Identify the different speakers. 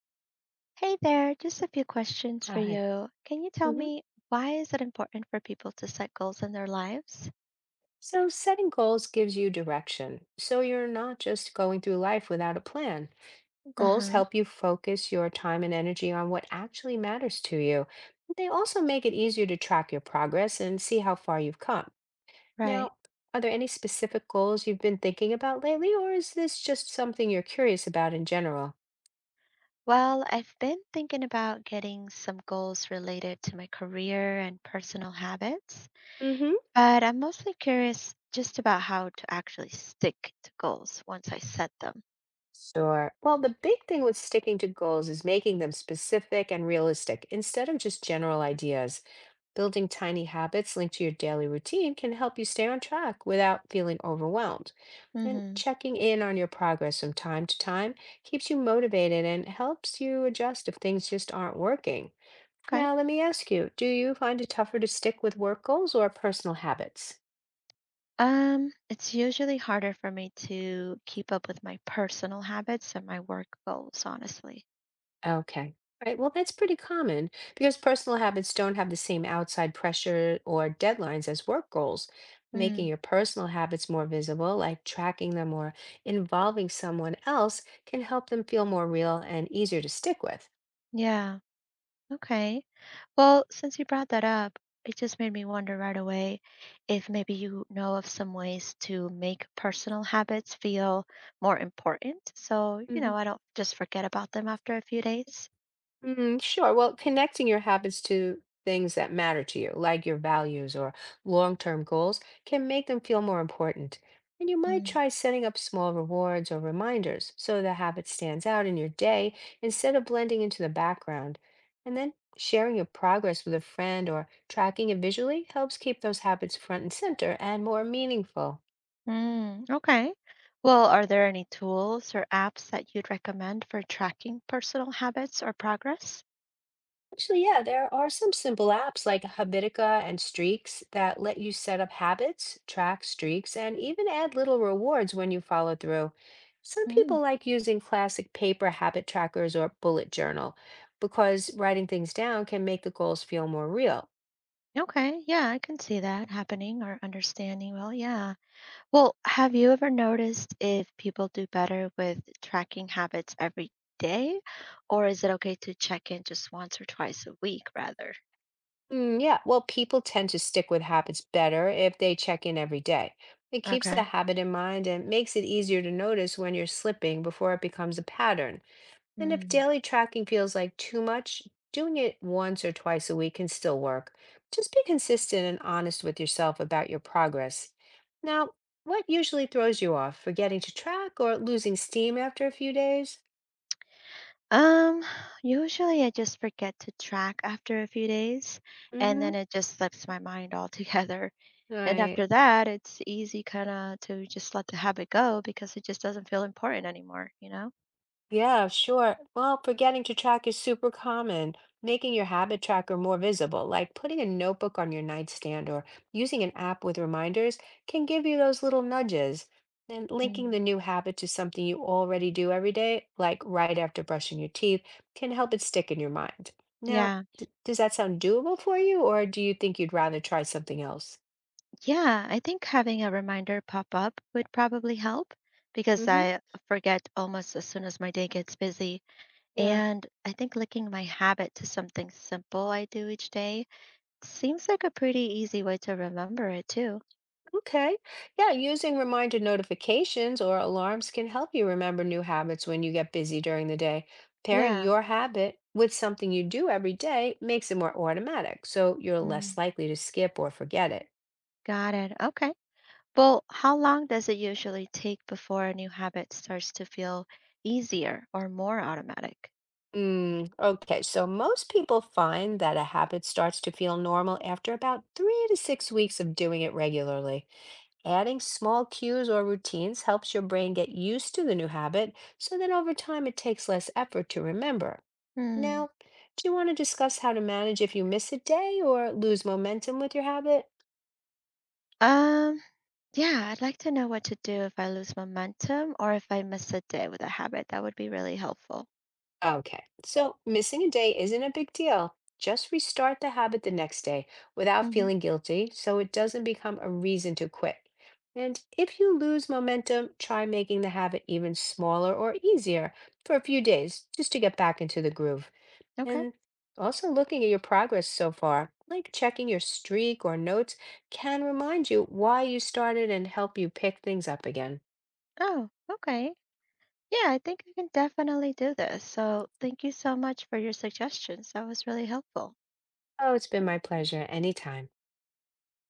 Speaker 1: Hey there, just a few questions for
Speaker 2: Hi.
Speaker 1: you. Can you tell
Speaker 2: hmm
Speaker 1: me why is it important for people to set goals in their lives?
Speaker 2: So, setting goals gives you direction. So, you're not just going through life without a plan. Goals
Speaker 1: Uh-huh.
Speaker 2: help you focus your time and energy on what actually matters to you. They also make it easier to track your progress and see how far you've come.
Speaker 1: Right.
Speaker 2: Now, are there any specific goals you've been thinking about lately, or is this just something you're curious about in general?
Speaker 1: Well, I've been thinking about getting some goals related to my career and personal habits,
Speaker 2: Mm-hmm.
Speaker 1: but I'm mostly curious just about how to actually stick to goals once I set them.
Speaker 2: Sure. Well, the big thing with sticking to goals is making them specific and realistic instead of just general ideas. Building tiny habits linked to your daily routine can help you stay on track without feeling overwhelmed. And
Speaker 1: Mm-hmm.
Speaker 2: checking in on your progress from time to time keeps you motivated and helps you adjust if things just aren't working.
Speaker 1: Okay.
Speaker 2: Now, let me ask you, do you find it tougher to stick with work goals or personal habits?
Speaker 1: It's usually harder for me to keep up with my personal habits and my work goals, honestly.
Speaker 2: Okay. Right. Well, that's pretty common because personal habits don't have the same outside pressure or deadlines as work goals. Making
Speaker 1: Mm,
Speaker 2: your personal habits more visible, like tracking them or involving someone else, can help them feel more real and easier to stick with.
Speaker 1: yeah. Okay. Well, since you brought that up, it just made me wonder right away if maybe you know of some ways to make personal habits feel more important. So, I don't just forget about them after a few days.
Speaker 2: Mm, sure. Well, connecting your habits to things that matter to you, like your values or long-term goals, can make them feel more important. And you might
Speaker 1: Mm.
Speaker 2: try setting up small rewards or reminders so the habit stands out in your day instead of blending into the background. And then sharing your progress with a friend or tracking it visually helps keep those habits front and center and more meaningful.
Speaker 1: Mm, okay. Well, are there any tools or apps that you'd recommend for tracking personal habits or progress?
Speaker 2: Actually, yeah, there are some simple apps like Habitica and Streaks that let you set up habits, track streaks, and even add little rewards when you follow through. Some people
Speaker 1: Mm,
Speaker 2: like using classic paper habit trackers or bullet journal because writing things down can make the goals feel more real.
Speaker 1: okay. Yeah, I can see that happening or understanding. Well, yeah. Well, have you ever noticed if people do better with tracking habits every day, or is it okay to check in just once or twice a week rather?
Speaker 2: Mm, yeah, well, people tend to stick with habits better if they check in every day. It keeps the
Speaker 1: Okay.
Speaker 2: habit in mind and makes it easier to notice when you're slipping before it becomes a pattern. And if
Speaker 1: Mm.
Speaker 2: daily tracking feels like too much, doing it once or twice a week can still work. Just be consistent and honest with yourself about your progress. Now, what usually throws you off? Forgetting to track or losing steam after a few days?
Speaker 1: Um, Usually I just forget to track after a few days and
Speaker 2: Mm-hmm.
Speaker 1: then it just slips my mind altogether.
Speaker 2: All
Speaker 1: And
Speaker 2: right.
Speaker 1: after that, it's easy kind of to just let the habit go because it just doesn't feel important anymore, you know?
Speaker 2: Yeah, sure. Well, forgetting to track is super common. Making your habit tracker more visible, like putting a notebook on your nightstand or using an app with reminders, can give you those little nudges. And linking
Speaker 1: Mm.
Speaker 2: the new habit to something you already do every day, like right after brushing your teeth, can help it stick in your mind. Now,
Speaker 1: Yeah.
Speaker 2: does that sound doable for you, or do you think you'd rather try something else?
Speaker 1: Yeah, I think having a reminder pop up would probably help because
Speaker 2: Mm-hmm.
Speaker 1: I forget almost as soon as my day gets busy.
Speaker 2: Yeah.
Speaker 1: And I think linking my habit to something simple I do each day seems like a pretty easy way to remember it too.
Speaker 2: Okay. Yeah, using reminder notifications or alarms can help you remember new habits when you get busy during the day. Pairing
Speaker 1: Yeah.
Speaker 2: your habit with something you do every day makes it more automatic, so you're
Speaker 1: Mm,
Speaker 2: less likely to skip or forget it.
Speaker 1: got it. Okay. Well, how long does it usually take before a new habit starts to feel easier or more automatic?
Speaker 2: Mm, okay, so most people find that a habit starts to feel normal after about 3 to 6 weeks of doing it regularly. Adding small cues or routines helps your brain get used to the new habit, so that over time it takes less effort to remember.
Speaker 1: Hmm.
Speaker 2: Now, do you want to discuss how to manage if you miss a day or lose momentum with your habit?
Speaker 1: Um, yeah, I'd like to know what to do if I lose momentum or if I miss a day with a habit. That would be really helpful.
Speaker 2: Okay, so missing a day isn't a big deal. Just restart the habit the next day without
Speaker 1: Hmm.
Speaker 2: feeling guilty so it doesn't become a reason to quit. And if you lose momentum, try making the habit even smaller or easier for a few days just to get back into the groove.
Speaker 1: Okay.
Speaker 2: And also looking at your progress so far, like checking your streak or notes, can remind you why you started and help you pick things up again.
Speaker 1: Oh, okay. Yeah, I think I can definitely do this. So thank you so much for your suggestions. That was really helpful.
Speaker 2: Oh, it's been my pleasure anytime.